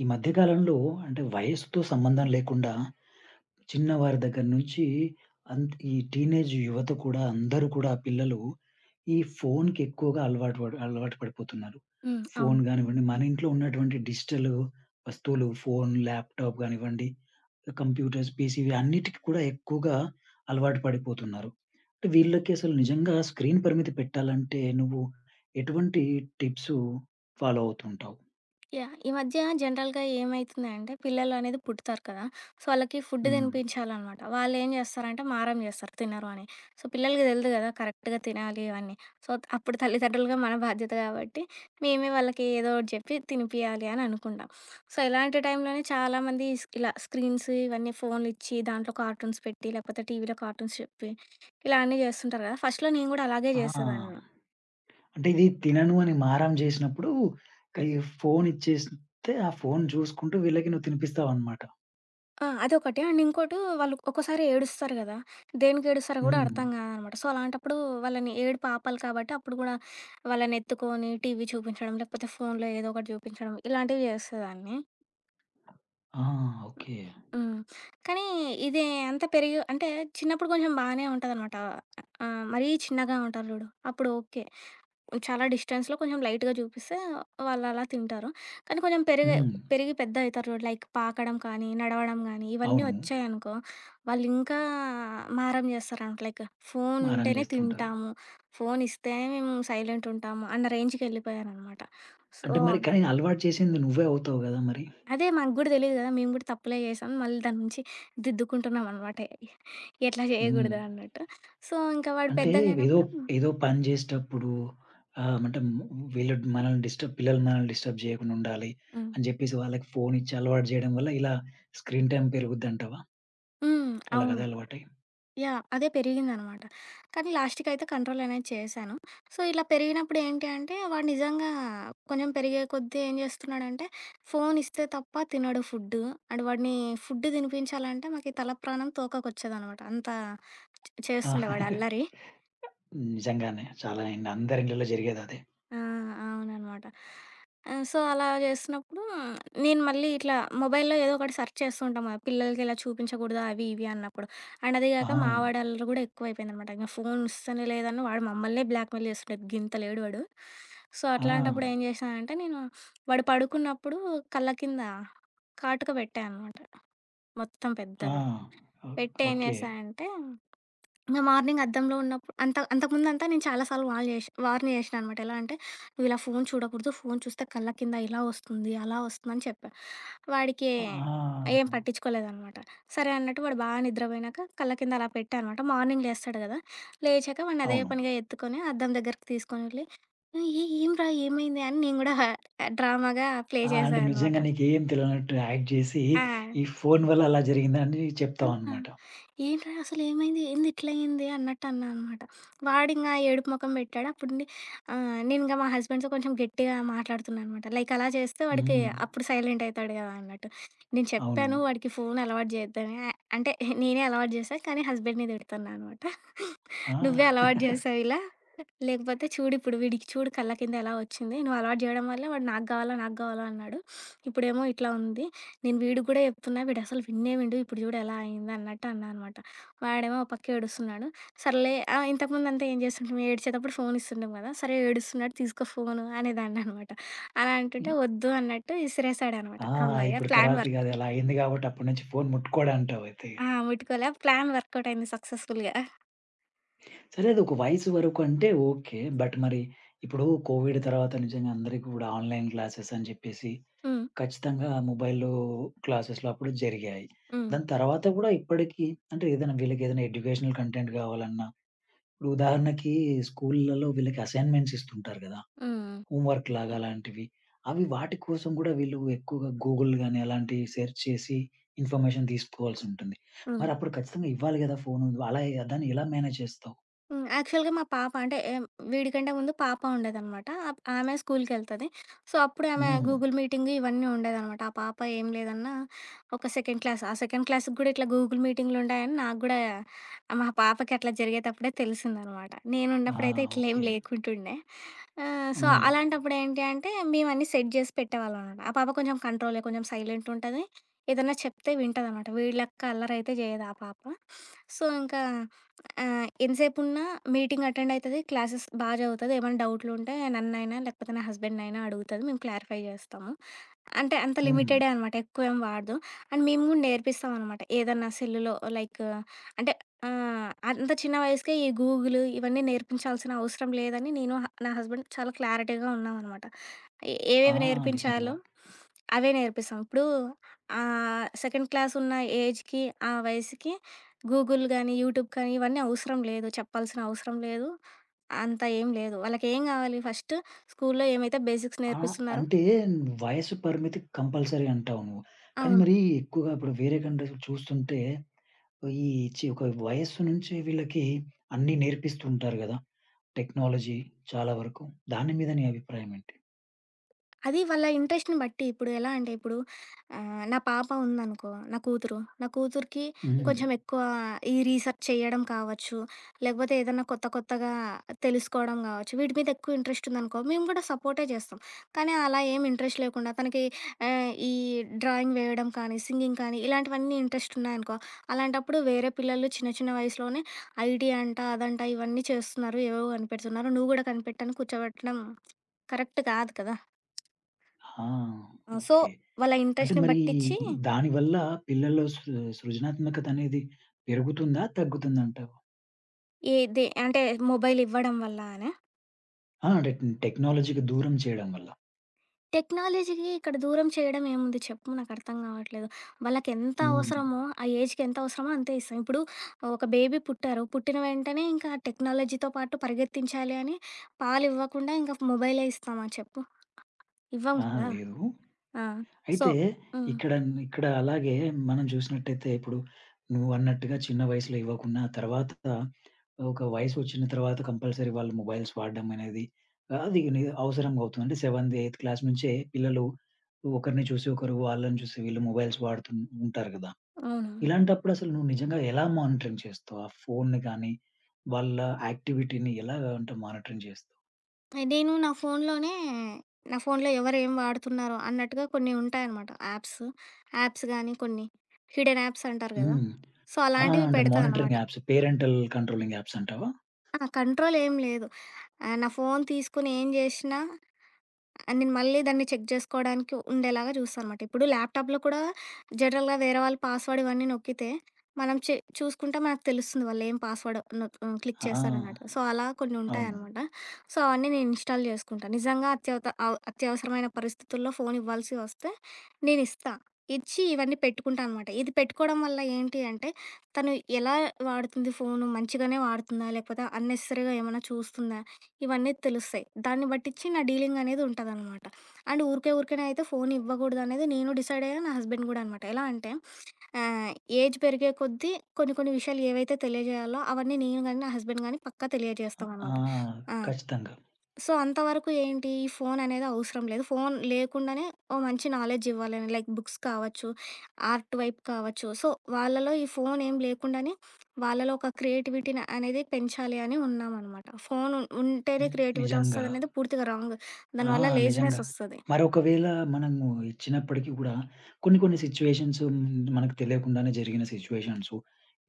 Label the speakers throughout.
Speaker 1: ఈ మధ్య కాలంలో అంటే వయస్సుతో సంబంధం లేకుండా చిన్నవారి దగ్గర నుంచి ఈ టీనేజ్ యువత కూడా అందరూ కూడా ఆ పిల్లలు ఈ ఫోన్‌కి ఎక్కువగా అలవాటు పడిపోతున్నారు.
Speaker 2: హ్మ్.
Speaker 1: ఫోన్
Speaker 2: అవును.
Speaker 1: గానివ్వండి, మన ఇంట్లో ఉన్నటువంటి డిజిటల్ వస్తువులు ఫోన్, ల్యాప్‌టాప్ గానివ్వండి, కంప్యూటర్స్, పీసీవి అన్నిటికి కూడా ఎక్కువగా అలవాటు పడిపోతున్నారు. అంటే వీళ్ళకి అసలు నిజంగా స్క్రీన్ పరిమితి పెట్టాలంటే నువ్వు ఎటువంటి టిప్స్ ఫాలో అవుతుంటావు?
Speaker 2: యాహ్! ఈ మధ్య జనరల్‌గా ఏమైతుందంటే పిల్లలు అనేది పుడతారు కదా! సో, వాళ్ళకి ఫుడ్
Speaker 1: హ్మ్.
Speaker 2: తినిపించాలనమాట. వాళ్ళేం చేస్తారంటే మారం చేస్తారు తినరు అని. సో, పిల్లలకి తెలీదు కదా! కరెక్ట్‌గా తినాలి ఇవన్నీ. సో, అప్పుడు తల్లిదండ్రులుగా మన బాధ్యత కాబట్టి మేమే వాళ్ళకి ఏదో ఒకటి చెప్పి తినిపియాలి అని అనుకుంటాం. సో, ఇలాంటి టైంలోనే చాలామంది ఇలా స్క్రీన్స్ ఇవన్నీ ఫోన్లు ఇచ్చి దాంట్లో కార్టూన్స్ పెట్టి లేకపోతే టీవీలో కార్టూన్స్ చెప్పి ఇలా అన్నీ చేస్తుంటారు కదా! ఫస్ట్‌లో నేను కూడా అలాగే
Speaker 1: ఆ!
Speaker 2: చేసేదాన్ని.
Speaker 1: అంటే ఇది తినను అని మారం జేసినప్పుడు, కై ఫోను ఇచ్చేస్తే, ఆ ఫోను జూసుకుంటూ వీళ్ళకి నువ్వు తినిపిస్తావనమాట.
Speaker 2: ఆ! అదొకటి. అండ్ ఇంకోటి వాళ్ళు ఒక్కోసారి ఏడుస్తారు గదా! దేనికి ఏడుస్తారో గూడా
Speaker 1: హ్మ్.
Speaker 2: అర్థం కాదనమాట. సో, అలాంటప్పుడు వాళ్ళని ఏడుపు ఆపాలి కాబట్టి అప్పుడు గూడా వాళ్ళని ఎత్తుకొని టీవీ చూపించడం, లేకపోతే ఫోన్‌లో ఏదో ఒకటి చూపించడం ఇలాంటివి చేసేదాన్ని.
Speaker 1: ఆ! ఓకే.
Speaker 2: హ్మ్. కానీ ఇది అంత పెరిగి అంటే చిన్నప్పుడు కొంచెం బానే ఉంటదనమాట. మరీ చిన్నగా ఉంటారు చూడు అప్పుడు ఓకే. చాలా డిస్టెన్స్‌లో కొంచెం లైట్‌గా చూపిస్తే వాళ్ళలా తింటారు. కానీ కొంచెం
Speaker 1: హ్మ్.
Speaker 2: పెరిగి పెద్ద అయితారు చూడు లైక్ పాకడం కానీ, నడవడం గానీ, ఇవన్నీ
Speaker 1: అవును.
Speaker 2: వచ్చాయనుకో వాళ్ళింకా మారం చేస్తారనమాట. లైక్ ఫోను
Speaker 1: మారం
Speaker 2: ఉంటేనే
Speaker 1: జేస్తుంటారు.
Speaker 2: తింటాము, ఫోను ఇస్తే మేము సైలెంటుంటాము అన్న రేంజ్‌కెళ్ళిపోయారనమాట. సో,
Speaker 1: అంటే మరి కానీ అలవాటు చేసింది నువ్వే అవుతావు గదా! మరి.
Speaker 2: అదే మాకు గూడా తెలీదు కదా! మేము గూడా తప్పులే చేశాం. మళ్ళీ దాని నుంచి దిద్దుకుంటున్నామనమాట. ఎట్లా
Speaker 1: హ్మ్.
Speaker 2: చేయకూడదు అన్నట్టు. సో, ఇంకా వాడు
Speaker 1: అంటే ఏదో,
Speaker 2: పెద్దగయినప్పుడు
Speaker 1: ఏదో పని జేసేటప్పుడు ఆహ్, అంటే వీళ్ళు మనల్ని డిస్టర్బ్ పిల్లలు మనల్ని డిస్టర్బ్ జేయకుండా ఉండాలి
Speaker 2: హ్మ్.
Speaker 1: అని జెప్పేసి వాళ్ళకి ఫోను ఇచ్చి అలవాటు జేయడం వల్ల ఇలా స్క్రీన్ టైమ్ పెరుగుద్దంటావా?
Speaker 2: హ్మ్. అవును.
Speaker 1: వాళ్ళకదే అలవాటై?
Speaker 2: యాహ్! అదే పెరిగిందనమాట. కానీ లాస్ట్‌కయితే కంట్రోల్ అనేది చేశాను. సో, ఇలా పెరిగినప్పుడు ఏంటి అంటే, వాడు నిజంగా కొంచెం పెరిగే కొద్దీ ఏం చేస్తున్నాడంటే, ఫోన్ ఇస్తే తప్ప తినడు ఫుడ్డు. అండ్ వాడిని ఫుడ్ తినిపించాలంటే మాకి తల ప్రాణం తోకకొచ్చేదనమాట. అంత
Speaker 1: ఆ!
Speaker 2: చేస్తుండేవాడు అల్లరి.
Speaker 1: నిజంగానే. చాలా అండి. అందరి ఇళ్లలో జరిగేదదే.
Speaker 2: ఆ! అవుననమాట. సో, అలా చేస్తున్నప్పుడు నేను మళ్ళీ ఇట్లా మొబైల్‌లో ఏదో ఒకటి సెర్చ్ చేస్తూ ఉంటాం కదా! పిల్లలకి ఇలా చూపించకూడదు అవి, ఇవి అన్నప్పుడు. అండ్ అది
Speaker 1: ఆ!
Speaker 2: కాక మా వాడి అల్లరి కూడా ఎక్కువైపోయిందనమాట. ఇంక ఫోన్ ఇస్తనే లేదని వాడు మమ్మల్నే బ్లాక్‌మెయిల్ చేస్తుంటాడు. గింత లేడు వాడు. సో,
Speaker 1: ఆ!
Speaker 2: అట్లాంటప్పుడు ఏం చేశానంటే నేను వాడు పడుకున్నప్పుడు కళ్ళ కింద కాటుక పెట్టా అనమాట మొత్తం
Speaker 1: ఆ!
Speaker 2: పెద్దగా.
Speaker 1: ఓ
Speaker 2: పెట్టి ఏం
Speaker 1: ఓకే.
Speaker 2: చేశా అంటే ఇంగ మార్నింగ్ అద్దంలో ఉన్నప్పుడు అంత అంతకుముందంతా నేను చాలా సార్లు వార్న్ చేషినా అనమాట. ఎలా అంటే, "నువ్విలా ఫోను చూడకూడదు. ఫోను చూస్తే కళ్ళ కింద ఇలా వస్తుంది, అలా వస్తుందని" చెప్పా. వాడికి
Speaker 1: ఆ!
Speaker 2: ఏం పట్టించుకోలేదనమాట. సరే అన్నట్టు వాడు బాగా నిద్రపోయినాక కళ్ళ కింద అలా పెట్టా అనమాట. మార్నింగ్ లేస్తాడు గదా! లేచాక వాడిని అదే
Speaker 1: అవును.
Speaker 2: పనిగా ఎత్తుకొని అద్దం దగ్గరికి తీసుకొని వెళ్లి, ఏంరా ఏమైంది?" అని నేను గూడా డ్రామాగా ప్లే
Speaker 1: ఆ! అంటే
Speaker 2: చేశా అనమాట.
Speaker 1: నిజంగా నీకేం తెలవనట్టు యాక్ట్ చేసి,
Speaker 2: ఆ!
Speaker 1: ఈ ఫోను వల్ల అలా జరిగిందని
Speaker 2: ఆ!
Speaker 1: చెప్తావన్నమాట.
Speaker 2: ఏంట్రా అసలు ఏమైంది? ఏంది ఇట్లా అయింది? అన్నట్టు అన్నా అనమాట. వాడింకా ఏడుపు మొఖం పెట్టాడు. అప్పుడుండి నేనింకా మా హస్బెండ్‌తో కొంచెం గట్టిగా మాట్లాడుతున్నా అనమాట. లైక్ అలా చేస్తే వాడికి
Speaker 1: హ్మ్.
Speaker 2: అప్పుడు సైలెంట్ అయితాడు కదా అన్నట్టు. నేను
Speaker 1: అవును.
Speaker 2: చెప్పాను వాడికి ఫోన్ అలవాటు చేయొద్దని. అంటే నేనే అలవాటు చేశా, కానీ హస్బెండ్‌ని తిడుతున్నా అనమాట.
Speaker 1: ఆ!
Speaker 2: "నువ్వే అలవాటు చేశావు ఇలా. లేకపోతే చూడిప్పుడు వీడికి చూడు కళ్ళ కింద ఎలా వచ్చింది. నువ్వు అలవాటు చేయడం వల్లే వాడు నాకు కావాలా, నాకు కావాలా అన్నాడు. ఇప్పుడేమో ఇట్లా ఉంది. నేను వీడికి కూడా చెప్తున్నా. వీడసలు విన్నే వినడు. ఇప్పుడు చూడు ఎలా అయింది అన్నట్టు అన్నా అనమాట. వాడేమో ఓ పక్క ఏడుస్తున్నాడు. సర్లే ఇంతకుముందంతా ఏం చేస్తుంటిమి? ఏడ్చేటప్పుడు ఫోన్ ఇస్తుంటిమి కదా! సరే ఏడుస్తున్నాడు తీసుకో ఫోను అనేదాన్ననమాట. అలా
Speaker 1: హ్మ్.
Speaker 2: అంటుంటే వద్దు అన్నట్టు ఇసిరేసాడనమాట.
Speaker 1: ఆ!
Speaker 2: హమ్మయ్య!
Speaker 1: ఇప్పుడు
Speaker 2: ప్లాన్
Speaker 1: తర్వాత ఇగ
Speaker 2: వర్క్
Speaker 1: అది అలా అయింది కాబట్టి అప్పటి నుంచి ఫోను ముట్టుకోడంటావు అయితే ఇగ.
Speaker 2: ఆ! ముట్టుకోలే. ప్లాన్ వర్కౌట్ అయింది సక్సెస్‌ఫుల్‌గా.
Speaker 1: సరే అది ఒక వయసు వరకు అంటే ఓకే. బట్ మరి ఇప్పుడు కోవిడ్ తర్వాత నిజంగా అందరికి కూడా ఆన్‌లైన్ క్లాసెస్ అని చెప్పేసి
Speaker 2: హ్మ్.
Speaker 1: ఖచ్చితంగా మొబైల్‌లో క్లాసెస్‌లో అప్పుడు జరిగాయి.
Speaker 2: హ్మ్.
Speaker 1: దాని తర్వాత గూడా ఇప్పటికి అంటే ఏదైనా వీళ్ళకేదైనా ఎడ్యుకేషనల్ కంటెంట్ గావాలన్నా, ఇప్పుడు ఉదాహరణకి స్కూల్‌లలో వీళ్ళకి అసైన్‌మెంట్స్ ఇస్తుంటారు గదా!
Speaker 2: హ్మ్.
Speaker 1: హోంవర్క్ లాగా అలాంటివి. అవి వాటి కోసం గూడా వీళ్ళు ఎక్కువగా గూగుల్ గాని అలాంటివి సెర్చ్ చేసి ఇన్ఫర్మేషన్ తీసుకోవాల్సుంటుంది.
Speaker 2: హ్మ్. హ్మ్.
Speaker 1: మరి అప్పుడు ఖచ్చితంగా ఇవ్వాలి గదా! ఫోను. అలా దాన్ని ఎలా మేనేజ్ చేస్తావు?
Speaker 2: హ్మ్. యాక్చువల్‌గా మా పాప అంటే వీడికంటే ముందు పాప ఉండేదనమాట. ఆమె స్కూల్‌కెళ్తది. సో, అప్పుడు ఆమె
Speaker 1: హ్మ్.
Speaker 2: గూగుల్ మీటింగ్ ఇవన్నీ ఉండేదనమాట. ఆ పాప ఏం లేదన్నా ఒక సెకండ్ క్లాస్. ఆ సెకండ్ క్లాస్‌కి గూడా ఇట్లా గూగుల్ మీటింగ్‌లుంటాయని నాకు గూడా మా పాపకి అట్లా జరిగేటప్పుడే తెలిసిందనమాట.
Speaker 1: ఆ!
Speaker 2: నేనున్నప్పుడైతే ఇట్లేం
Speaker 1: ఓకే.
Speaker 2: లేకుంటుండే. ఆ! సో,
Speaker 1: హ్మ్.
Speaker 2: అలాంటప్పుడు ఏంటి అంటే, మేమన్నీ సెట్ జేసి పెట్టేవాళ్ళమనమాట. ఆ పాప కొంచెం కంట్రోలే, కొంచెం సైలెంటుంటది. ఏదన్నా చెప్తే వింటదనమాట. వీళ్ళక్క అల్లరయితే జేయదు ఆ పాప. సో, ఇంకా ఎంతసేపున్నా మీటింగ్ అటెండయితది, క్లాసెస్ బా చదువుతది. ఏమైనా డౌట్లుంటే నన్నైనా, లేకపోతే నా హస్బెండ్‌నైనా అడుగుతది. మేము క్లారిఫై జేస్తాము. అంటే అంత
Speaker 1: హ్మ్.
Speaker 2: లిమిటెడే అనమాట. ఎక్కువేం వాడదు. అండ్ మేము గూడా నేర్పిస్తామనమాట. ఏదన్నా సెల్లులో లైక్ అంటే ఆ! అంత చిన్న వయసుకే ఈ గూగుల్ ఇవన్నీ నేర్పించాల్సిన అవసరం లేదని నేను, నా హస్బెండ్ చాలా క్లారిటీగా ఉన్నామనమాట.
Speaker 1: ఆ!
Speaker 2: ఏవేవి
Speaker 1: నిజంగా.
Speaker 2: నేర్పించాలో అవే నేర్పిస్తాం. ఇప్పుడు సెకండ్ క్లాస్ ఉన్న ఏజ్‌కి, ఆ వయసుకి గూగుల్ గానీ, యూట్యూబ్ కానీ ఇవన్నీ అవసరం లేదు. చెప్పాల్సిన అవసరం లేదు. అంత ఏం లేదు. వాళ్ళకేం కావాలి ఫస్ట్ స్కూల్లో ఏమైతే బేసిక్స్
Speaker 1: ఆ!
Speaker 2: నేర్పిస్తున్నారో
Speaker 1: అంటే వయసు పరిమితి కంపల్సరీ అంటావు నువ్వు. కానీ
Speaker 2: అవును.
Speaker 1: మరి ఎక్కువగా ఇప్పుడు వేరే కంట్రీస్‌లో చూస్తుంటే ఈ ఒక వయస్సు నుంచి వీళ్ళకి అన్నీ నేర్పిస్తూ ఉంటారు గదా! టెక్నాలజీ చాలా వరకు. దాని మీద నీ అభిప్రాయం ఏంటి?
Speaker 2: అది వాళ్ళ ఇంట్రెస్ట్‌ని బట్టి. ఇప్పుడు ఎలా అంటే ఇప్పుడు నా పాప ఉందనుకో, నా కూతురు. నా కూతురికి
Speaker 1: హ్మ్.
Speaker 2: కొంచెం ఎక్కువ ఈ రీసెర్చ్ చేయడం కావచ్చు, లేకపోతే ఏదన్నా కొత్త కొత్తగా తెలుసుకోవడం కావచ్చు, వీటి మీద ఎక్కువ ఇంట్రెస్ట్ ఉందనుకో, మేము కూడా సపోర్టే చేస్తాం. కానీ అలా ఏం ఇంట్రెస్ట్ లేకుండా తనకి ఈ డ్రాయింగ్ వేయడం కానీ, సింగింగ్ కానీ ఇలాంటివన్నీ ఇంట్రెస్ట్ ఉన్నాయనుకో, అలాంటప్పుడు వేరే పిల్లలు చిన్న చిన్న వయసులోనే ఐటీ అంట, అదంట ఇవన్నీ చేస్తున్నారు, ఏవేవో కనిపెడుతున్నారు, నువ్వు కూడా కనిపెట్టని కూర్చోబెట్టడం కరెక్ట్ కాదు కదా!
Speaker 1: ఆ!
Speaker 2: ఆ! So,
Speaker 1: okay.
Speaker 2: వాళ్ళ
Speaker 1: అంటే
Speaker 2: ఇంట్రెస్ట్‌ని
Speaker 1: మరి
Speaker 2: బట్టిచ్చి
Speaker 1: దానివల్ల పిల్లల్లో సృజనాత్మకత అనేది పెరుగుతుందా? తగ్గుతుందంటావు?
Speaker 2: ఏది అంటే మొబైల్ ఇవ్వడం వల్ల అనా?
Speaker 1: ఆ! అంటే టెక్నాలజీకి దూరం చేయడం వల్ల.
Speaker 2: టెక్నాలజీకి ఇక్కడ దూరం చేయడం ఏముంది చెప్పు నాకర్థం కావట్లేదు. వాళ్ళకెంత
Speaker 1: హ్మ్.
Speaker 2: అవసరమో, ఆ ఏజ్‌కి ఎంత అవసరమో అంతే ఇస్తాం. ఇప్పుడు ఒక బేబీ పుట్టారు. పుట్టిన వెంటనే ఇంకా టెక్నాలజీతో పాటు పరిగెత్తించాలి అని పాలివ్వకుండా ఇంక మొబైలే ఇస్తామా చెప్పు? ఇవ్వం
Speaker 1: ఆ!
Speaker 2: కదా!
Speaker 1: లేదు.
Speaker 2: ఆ! సో
Speaker 1: అయితే
Speaker 2: హ్మ్.
Speaker 1: ఇక్కడ ఇక్కడ అలాగే మనం చూసినట్టయితే ఇప్పుడు నువ్వన్నట్టుగా చిన్న వయసులో ఇవ్వకున్నా తర్వాత ఒక వయసు వచ్చిన తర్వాత కంపల్సరీ వాళ్ళు మొబైల్స్ వాడడం అనేది అది అవసరం అవుతుంది. అంటే సెవెంత్ ఎయిత్ క్లాస్ నుంచే పిల్లలు ఒకరిని చూసి ఒకరు వాళ్ళని చూసి వీళ్ళు మొబైల్స్ వాడుతూ ఉంటారు కదా.
Speaker 2: అవునవును.
Speaker 1: ఇలాంటప్పుడు అసలు నువ్వు నిజంగా ఎలా మానిటరింగ్ చేస్తావు? ఆ ఫోన్‌ని కానీ వాళ్ళ యాక్టివిటీని ఎలా అంటే మానిటరింగ్ చేస్తావు?
Speaker 2: నేను నా ఫోన్‌లోనే నా ఫోన్‌లో ఎవరేం వాడుతున్నారో అన్నట్టుగా కొన్ని ఉంటాయనమాట యాప్స్. యాప్స్ గానీ కొన్ని హిడెన్ యాప్స్ అంటారు గదా!
Speaker 1: హ్మ్.
Speaker 2: సో,
Speaker 1: ఆ!
Speaker 2: అలాంటివి
Speaker 1: అంటే
Speaker 2: పెడతా
Speaker 1: మానిటరింగ్
Speaker 2: అనమాట.
Speaker 1: యాప్స్ పేరెంటల్ కంట్రోలింగ్ యాప్స్ అంటావా?
Speaker 2: ఆ! కంట్రోల్ ఏం లేదు. ఆ! నా ఫోను తీసుకొని ఏం జేషినా నేను మళ్ళీ దాన్ని చెక్ జేసుకోవడానికి ఉండేలాగా జూస్తానమాట. ఇప్పుడు ల్యాప్‌టాప్‌లో కూడా జనరల్‌గా వేరే వాళ్ళు పాస్‌వర్డ్ ఇవన్నీ నొక్కితే, మనం చె చూసుకుంటే మనకు తెలుస్తుంది వాళ్ళేం పాస్‌వర్డ్ నొక్ హ్మ్. క్లిక్
Speaker 1: ఆ!
Speaker 2: చేస్తారన్నట్టు. సో, అలా కొన్ని
Speaker 1: అవును.
Speaker 2: ఉంటాయనమాట. సో, అవన్నీ నేను ఇన్‌స్టాల్ జేసుకుంటా. నిజంగా అత్యవత అవ్ అత్యవసరమైన పరిస్థితుల్లో ఫోను ఇవ్వాల్సి వస్తే నేనిస్తా. ఇచ్చి ఇవన్నీ పెట్టుకుంటా అనమాట. ఇది పెట్టుకోవడం వల్ల ఏంటి అంటే, తను ఎలా వాడుతుంది ఫోను మంచిగానే వాడుతుందా? లేకపోతే అన్నెసెసరీగా ఏమన్నా చూస్తుందా? ఇవన్నీ తెలుస్తాయి. దాన్ని బట్టిచ్చి నా డీలింగ్ అనేది ఉంటదనమాట. అండ్ ఊరికేనే అయితే ఫోన్ ఇవ్వకూడదు అనేది నేను డిసైడ్ అయ్యా. నా హస్బెండ్ గూడా అనమాట. ఎలా అంటే ఆహ్, ఏజ్ పెరిగే కొద్దీ కొన్ని కొన్ని విషయాలు ఏవైతే తెలియజేయాలో అవన్నీ నేను గాని, నా హస్బెండ్ గాని పక్కా
Speaker 1: ఆ!
Speaker 2: తెలియజేస్తామనమాట. ఆ!
Speaker 1: ఖచ్చితంగా.
Speaker 2: సో, అంతవరకు ఏంటి? ఈ ఫోననేది అవసరం లేదు. ఫోన్ లేకుండానే ఓ మంచి నాలెడ్జ్ ఇవ్వాలని లైక్ బుక్స్ కావచ్చు, ఆర్ట్ వైపు కావచ్చు. సో, వాళ్ళలో ఈ ఫోన్ ఏం లేకుండానే వాళ్ళలో ఒక క్రియేటివిటీని అనేది పెంచాలి అని ఉన్నామనమాట. ఫోన్ ఉంటేనే
Speaker 1: హ్మ్.
Speaker 2: క్రియేటివిటీ
Speaker 1: నిజంగా.
Speaker 2: వస్తదనేది పూర్తిగా రాంగ్.
Speaker 1: ఆ!
Speaker 2: దానివల్ల
Speaker 1: నిజంగా.
Speaker 2: లేజినెస్ వస్తది.
Speaker 1: మరొకవేళ మనము ఇచ్చినప్పటికి గూడా కొన్ని కొన్ని సిట్యుయేషన్స్ మనకు తెలియకుండానే జరిగిన సిట్యుయేషన్స్,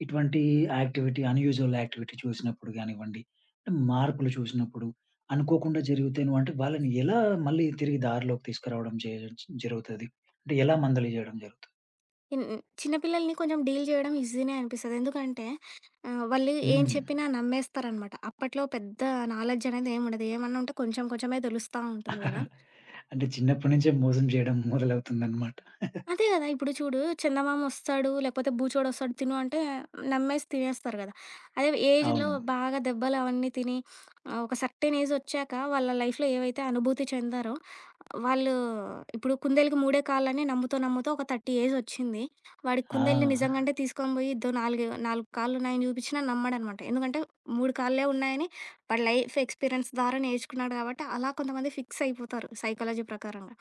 Speaker 1: ఇటువంటి యాక్టివిటీ అన్‌యూజువల్ యాక్టివిటీ చూసినప్పుడు గానివ్వండి, మార్పులు చూసినప్పుడు అనుకోకుండా జరిగితే నువ్వంటే వాళ్ళని ఎలా మళ్ళీ తిరిగి దారిలోకి తీసుకురావడం చేయొచ్చు జరుగుతది? అంటే ఎలా మందలి జేయడం జరుగుతుంది?
Speaker 2: ఇన్ చిన్న పిల్లల్ని కొంచెం డీల్ చేయడం ఈజీనే అనిపిస్తది. ఎందుకంటే వాళ్ళు ఏం
Speaker 1: హ్మ్.
Speaker 2: చెప్పినా నమ్మేస్తారనమాట. అప్పట్లో పెద్ద నాలెడ్జ్ అనేది ఏముండదు. ఏమన్నా ఉంటే కొంచెం కొంచెమే తెలుస్తా ఉంటుంది గదా!
Speaker 1: అంటే చిన్నప్పటి నుంచే మోసం జేయడం మొదలవుతుందన్నమాట.
Speaker 2: అదే గదా! ఇప్పుడు చూడు చందమామొస్తాడు, లేకపోతే బూచోడొస్తాడు తిను అంటే నమ్మేసి తినేస్తారు గదా! అదే ఏజ్‌లో
Speaker 1: అవును.
Speaker 2: బాగా దెబ్బలు అవన్నీ తిని ఒక సర్టెన్ ఏజొచ్చాక వాళ్ళ లైఫ్‌లో ఏవైతే అనుభూతి చెందారో వాళ్ళు ఇప్పుడు కుందేలుకి మూడే కాళ్ళని నమ్ముతూ, నమ్ముతూ ఒక 30 ఏజొచ్చింది. వాడికి
Speaker 1: ఆ!
Speaker 2: కుందేలుని నిజంగంటే తీసుకొని బోయి ఇద్దో నాలుగు నాలుగు కాళ్ళున్నాయని జూపిచ్చినా నమ్మడనమాట. ఎందుకంటే మూడు కాళ్ళే ఉన్నాయని వాడు లైఫ్ ఎక్స్పీరియన్స్ ద్వారా నేర్చుకున్నాడు కాబట్టి అలా కొంతమంది ఫిక్స్ అయిపోతారు సైకాలజీ ప్రకారంగా.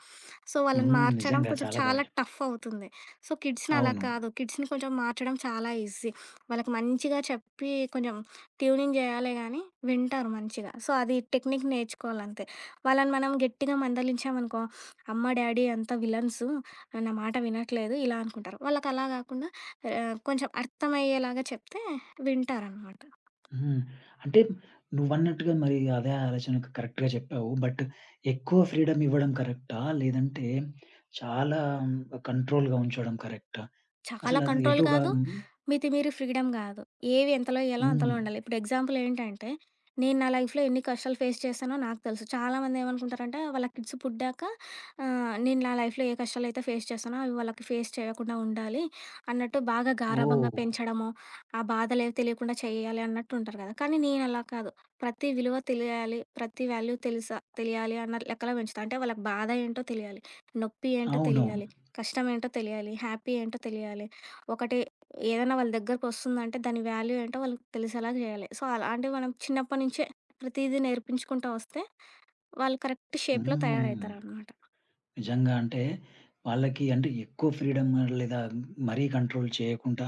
Speaker 2: సో, వాళ్ళని
Speaker 1: హ్మ్.
Speaker 2: మార్చడం
Speaker 1: నిజంగా
Speaker 2: కొంచెం
Speaker 1: చాలా బాగా
Speaker 2: చాలా
Speaker 1: చెప్పావు.
Speaker 2: టఫ్ అవుతుంది. సో, కిడ్స్‌ని అలా
Speaker 1: అవును.
Speaker 2: కాదు. కిడ్స్‌ని కొంచెం మార్చడం చాలా ఈజీ. వాళ్ళకి మంచిగా చెప్పి కొంచెం ట్యూనింగ్ చేయాలే గానీ వింటారు మంచిగా. సో, అది టెక్నిక్ నేర్చుకోవాలంతే. వాళ్ళని మనం గట్టిగా మందలించామనుకో, అమ్మ, డ్యాడీ అంతా విలన్సు నా మాట వినట్లేదు ఇలా అనుకుంటారు. వాళ్ళకలా గాకుండా కొంచెం అర్థమయ్యేలాగా చెప్తే వింటారనమాట.
Speaker 1: హ్మ్. అంటే నువ్వన్నట్టుగా మరి అదే ఆలోచన కరెక్ట్‌గా చెప్పావు. బట్ ఎక్కువ ఫ్రీడమ్ ఇవ్వడం కరెక్టా? లేదంటే చాలా కంట్రోల్‌గా ఉంచడం కరెక్టా?
Speaker 2: చాలా
Speaker 1: అసలది
Speaker 2: కంట్రోల్
Speaker 1: ఎటుగా
Speaker 2: కాదు. మితిమీరి ఫ్రీడమ్ కాదు. ఏవి ఎంతలో ఇయ్యాలో అంతలో
Speaker 1: హ్మ్.
Speaker 2: ఉండాలి. ఇప్పుడు ఎగ్జాంపుల్ ఏంటంటే, నేను నా లైఫ్‌లో ఎన్ని కష్టాలు ఫేస్ చేశానో నాకు తెలుసు. చాలామంది ఏమనుకుంటారంటే, వాళ్ళ కిడ్స్ పుట్టాక నేను నా లైఫ్‌లో ఏ కష్టాలైతే ఫేస్ చేశానో, అవి వాళ్ళకి ఫేస్ చేయకుండా ఉండాలి అన్నట్టు బాగా గారాబంగా
Speaker 1: ఓహ్!
Speaker 2: పెంచడము, ఆ బాధలేవి తెలియకుండా చేయాలి అన్నట్టు ఉంటారు కదా! కానీ నేను అలా కాదు. ప్రతి విలువ తెలియాలి, ప్రతి వాల్యూ తెలుసా తెలియాలి అన్న లెక్కలో పెంచుతా. అంటే వాళ్ళకి బాధ ఏంటో తెలియాలి, నొప్పి ఏంటో
Speaker 1: అవునవును.
Speaker 2: తెలియాలి. కష్టం ఏంటో తెలియాలి. హ్యాపీ ఏంటో తెలియాలి. ఒకటి ఏదైనా వాళ్ళ దగ్గరకొస్తుందంటే దాని వాల్యూ ఏంటో వాళ్ళకి తెలిసేలా చేయాలి. సో, అలాంటివి మనం చిన్నప్పటి నుంచే ప్రతీదీ నేర్పించుకుంటా వస్తే వాళ్ళు కరెక్ట్ షేప్‌లో
Speaker 1: హ్మ్.
Speaker 2: తయారవుతారనమాట.
Speaker 1: నిజంగా అంటే వాళ్ళకి అంటే ఎక్కువ ఫ్రీడమ్ లేదా మరీ కంట్రోల్ చేయకుండా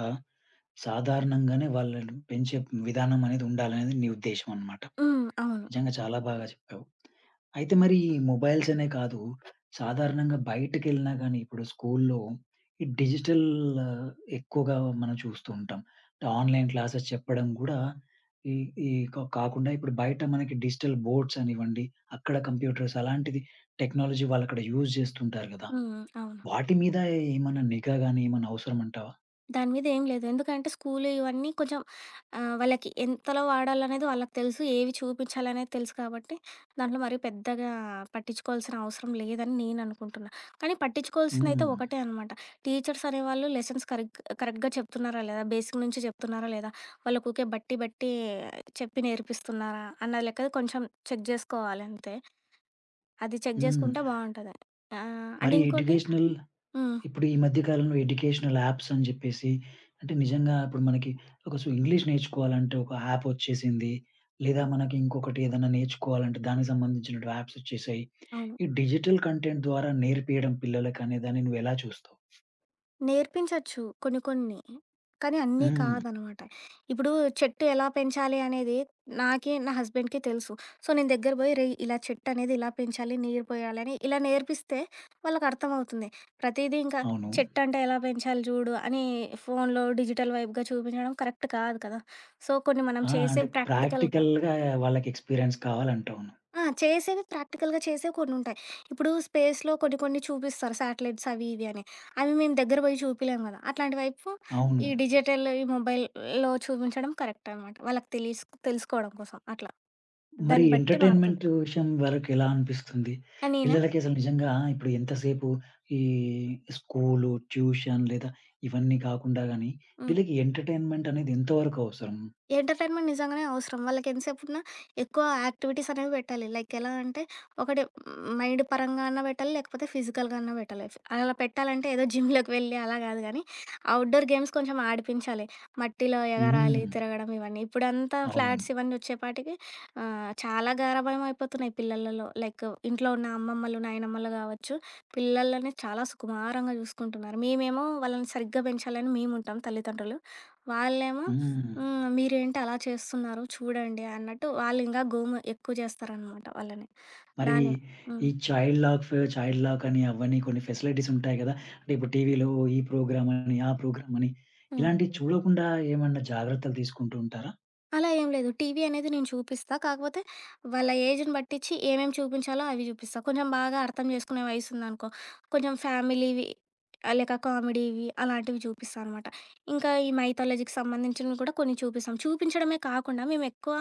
Speaker 1: సాధారణంగానే వాళ్ళను పెంచే విధానం అనేది ఉండాలనేది నీ ఉద్దేశ్యం అన్నమాట.
Speaker 2: హ్మ్. అవును.
Speaker 1: నిజంగా చాలా బాగా చెప్పావు. అయితే మరి ఈ మొబైల్స్ అనే కాదు. సాధారణంగా బయటికెళ్ళినా గానీ, ఇప్పుడు స్కూల్లో ఈ డిజిటల్ ఆ, ఎక్కువగా మనం చూస్తూ ఉంటాం. ఆన్‌లైన్ క్లాసెస్ చెప్పడం గూడా ఈ ఈ కా కాకుండా ఇప్పుడు బయట మనకి డిజిటల్ బోర్డ్స్ అనివ్వండి, అక్కడ కంప్యూటర్స్ అలాంటిది టెక్నాలజీ వాళ్ళక్కడ యూజ్ చేస్తుంటారు గదా!
Speaker 2: హ్మ్. అవును.
Speaker 1: వాటి మీద ఏమన్నా నిఘా గానీ ఏమన్నా అవసరమంటావా?
Speaker 2: దాని మీద ఏం లేదు. ఎందుకంటే స్కూలు ఇవన్నీ కొంచెం వాళ్ళకి ఎంతలో వాడాలనేది వాళ్ళకి తెలుసు. ఏవి చూపించాలనేది తెలుసు కాబట్టి, దాంట్లో మరీ పెద్దగా పట్టించుకోవాల్సిన అవసరం లేదని నేననుకుంటున్నా. కానీ పట్టించుకోవాల్సిందయితే
Speaker 1: హ్మ్.
Speaker 2: ఒకటే అనమాట. టీచర్స్ అనేవాళ్ళు లెసన్స్ కరెక్ట్ కరెక్ట్‌గా చెప్తున్నారా లేదా? బేసిక్ నుంచి చెప్తున్నారా లేదా? వాళ్ళకి ఊకే బట్టి బట్టి చెప్పి నేర్పిస్తున్నారా? అన్న లెక్కది కొంచెం చెక్ జేసుకోవాలి అంతే. అది చెక్
Speaker 1: హ్మ్.
Speaker 2: జేసుకుంటే బావుంటది. అండ్
Speaker 1: మరి
Speaker 2: ఇంకోటి
Speaker 1: ఎడ్యుకేషనల్
Speaker 2: హ్మ్.
Speaker 1: ఇప్పుడు ఈ మధ్య కాలంలో ఎడ్యుకేషనల్ యాప్స్ అని జెప్పేసి, అంటే నిజంగా ఇప్పుడు మనకి ఒక సో, ఇంగ్లీష్ నేర్చుకోవాలంటే ఒక యాప్ ఒచ్చేసింది. లేదా మనకి ఇంకొకటి ఏదైనా నేర్చుకోవాలంటే దానికి సంబంధించిన యాప్స్ ఒచ్చేసాయి.
Speaker 2: అవును.
Speaker 1: ఈ డిజిటల్ కంటెంట్ ద్వారా నేర్పియడం పిల్లలకనే దాన్ని నువ్వెలా చూస్తావు?
Speaker 2: నేర్పించొచ్చు కొన్ని కొన్ని. కానీ అన్నీ
Speaker 1: హ్మ్.
Speaker 2: కాదనమాట. ఇప్పుడు చెట్టు ఎలా పెంచాలి అనేది నాకి, నా హస్బెండ్‌కి తెలుసు. సో, నేను దగ్గర బోయి రేయ్! ఇలా చెట్టు అనేది ఇలా పెంచాలి, నీరు పోయాలి అని ఇలా నేర్పిస్తే వాళ్ళకర్థమవుతుంది. ప్రతీదీ ఇంకా
Speaker 1: అవును.
Speaker 2: చెట్టంటే ఎలా పెంచాలి జూడు అని ఫోన్‌లో డిజిటల్ వైబ్‌గా చూపించడం కరెక్ట్ కాదు కదా! సో, కొన్ని మనం
Speaker 1: ఆ!
Speaker 2: చేసే
Speaker 1: అంటే
Speaker 2: ప్రాక్టికల్‌గా
Speaker 1: ప్రాక్టికల్‌గా వాళ్ళకి ఎక్స్‌పీరియన్స్ కావాలంటావు.
Speaker 2: ఆ! చేసేవి ప్రాక్టికల్‌గా చేసేవి కొన్నుంటాయి. ఇప్పుడు స్పేస్‌లో కొన్ని కొన్ని చూపిస్తారు శాటిలైట్స్ అవి ఇవి అని. అవి మేము దగ్గర పోయి చూపిలేము కదా! అట్లాంటి వైపు
Speaker 1: అవును.
Speaker 2: ఈ డిజిటల్ ఈ మొబైల్‌లో చూపించడం కరెక్ట్ అనమాట. వాళ్ళకి తెలుసుకోవడం కోసం అట్లా.
Speaker 1: మరి
Speaker 2: దాన్ని బట్టి
Speaker 1: ఎంటర్‌టైన్‌మెంట్
Speaker 2: మారుతది.
Speaker 1: విషయం వరకెలా అనిపిస్తుంది?
Speaker 2: ఆ! నేనా?
Speaker 1: పిల్లలకి అసలు నిజంగా ఇప్పుడు ఎంతసేపు ఈ స్కూలు, ట్యూషన్ లేదా ఇవన్నీ కాకుండా గాని,
Speaker 2: హ్మ్.
Speaker 1: వీళ్ళకి ఎంటర్‌టైన్‌మెంట్ అనేది ఎంతవరకు అవసరం?
Speaker 2: ఎంటర్‌టైన్‌మెంట్ నిజంగానే అవసరం. వాళ్ళకెంతసేపున్నా ఎక్కువ యాక్టివిటీస్ అనేవి పెట్టాలి. లైక్ ఎలా అంటే ఒకటి మైండ్ పరంగా అన్నా పెట్టాలి, లేకపోతే ఫిజికల్‌గా అన్నా పెట్టాలి. అలా పెట్టాలంటే ఏదో జిమ్‌లోకి వెళ్ళి అలా గాదు గానీ, అవుట్‌డోర్ గేమ్స్ కొంచెం ఆడిపించాలి. మట్టిలో ఎగరాలి,
Speaker 1: హ్మ్.
Speaker 2: తిరగడం ఇవన్నీ. ఇప్పుడంతా
Speaker 1: అవును.
Speaker 2: ఫ్లాట్స్ ఇవన్నీ వచ్చేపాటికి చాలా గారాబంం అయిపోతున్నాయి పిల్లలలో. లైక్ ఇంట్లో ఉన్న అమ్మమ్మలు, నాయనమ్మలు గావచ్చు, పిల్లలని చాలా సుకుమారంగా చూసుకుంటున్నారు. మేమేమో వాళ్ళని సరిగ్గా పెంచాలని మేముంటాం తల్లిదండ్రులు. వాళ్ళేమో
Speaker 1: హ్మ్.
Speaker 2: హ్మ్. మీరేంటి అలా చేస్తున్నారు చూడండి అన్నట్టు, వాళ్ళింకా గోము ఎక్కువ చేస్తారనమాట వాళ్ళని.
Speaker 1: మరి
Speaker 2: దాని హ్మ్.
Speaker 1: ఈ చైల్డ్ లాక్, చైల్డ్ లాక్ అని అవన్నీ కొన్ని ఫెసిలిటీస్ ఉంటాయి కదా! అంటే ఇప్పుడు టీవీలో ఈ ప్రోగ్రామ్ అని, ఆ ప్రోగ్రామ్ అని
Speaker 2: హ్మ్.
Speaker 1: ఇలాంటివి చూడకుండా ఏమన్నా జాగ్రత్తలు తీసుకుంటూ ఉంటారా?
Speaker 2: అలా ఏం లేదు. టీవీ అనేది నేను చూపిస్తా. కాకపోతే వాళ్ళ ఏజ్‌ని బట్టిచ్చి ఏమేమి చూపించాలో అవి చూపిస్తా. కొంచెం బాగా అర్థం చేసుకునే వయసుందనుకో, కొంచెం ఫ్యామిలీవి లేక కామెడీవి అలాంటివి చూపిస్తా అనమాట. ఇంకా ఈ మైథాలజీకి సంబంధించినవి కూడా కొన్ని చూపిస్తాం. చూపించడమే కాకుండా మేమెక్కువ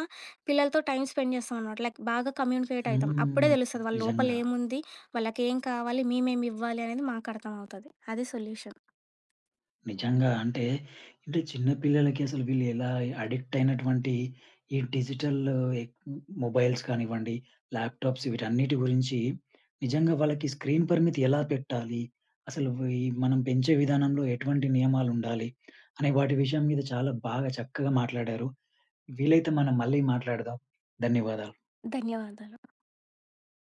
Speaker 2: పిల్లలతో టైమ్ స్పెండ్ చేస్తాం అనమాట. లైక్ బాగా కమ్యూనికేట్ అయితాం. అప్పుడే
Speaker 1: హ్మ్.
Speaker 2: తెలుస్తది వాళ్ళ లోపల
Speaker 1: నిజంగా.
Speaker 2: ఏముంది, వాళ్ళకేం కావాలి, మేమేమివ్వాలి అనేది మాకు అర్థమవుతది. అది సొల్యూషన్.
Speaker 1: నిజంగా. అంటే, అంటే చిన్న పిల్లలకి అసలు వీళ్ళు ఎలా అడిక్ట్ అయినటువంటి ఈ డిజిటల్ ఎక్ మొబైల్స్ కానివ్వండి, ల్యాప్‌టాప్స్ వీటన్నిటి గురించి నిజంగా వాళ్ళకి స్క్రీన్ పరిమితి ఎలా పెట్టాలి? అసలు ఈ మనం పెంచే విధానంలో ఎటువంటి నియమాలుండాలి? అనే వాటి విషయం మీద చాలా బాగా చక్కగా మాట్లాడారు. వీలైతే మనం మళ్ళీ మాట్లాడదాం. ధన్యవాదాలు.
Speaker 2: ధన్యవాదాలు.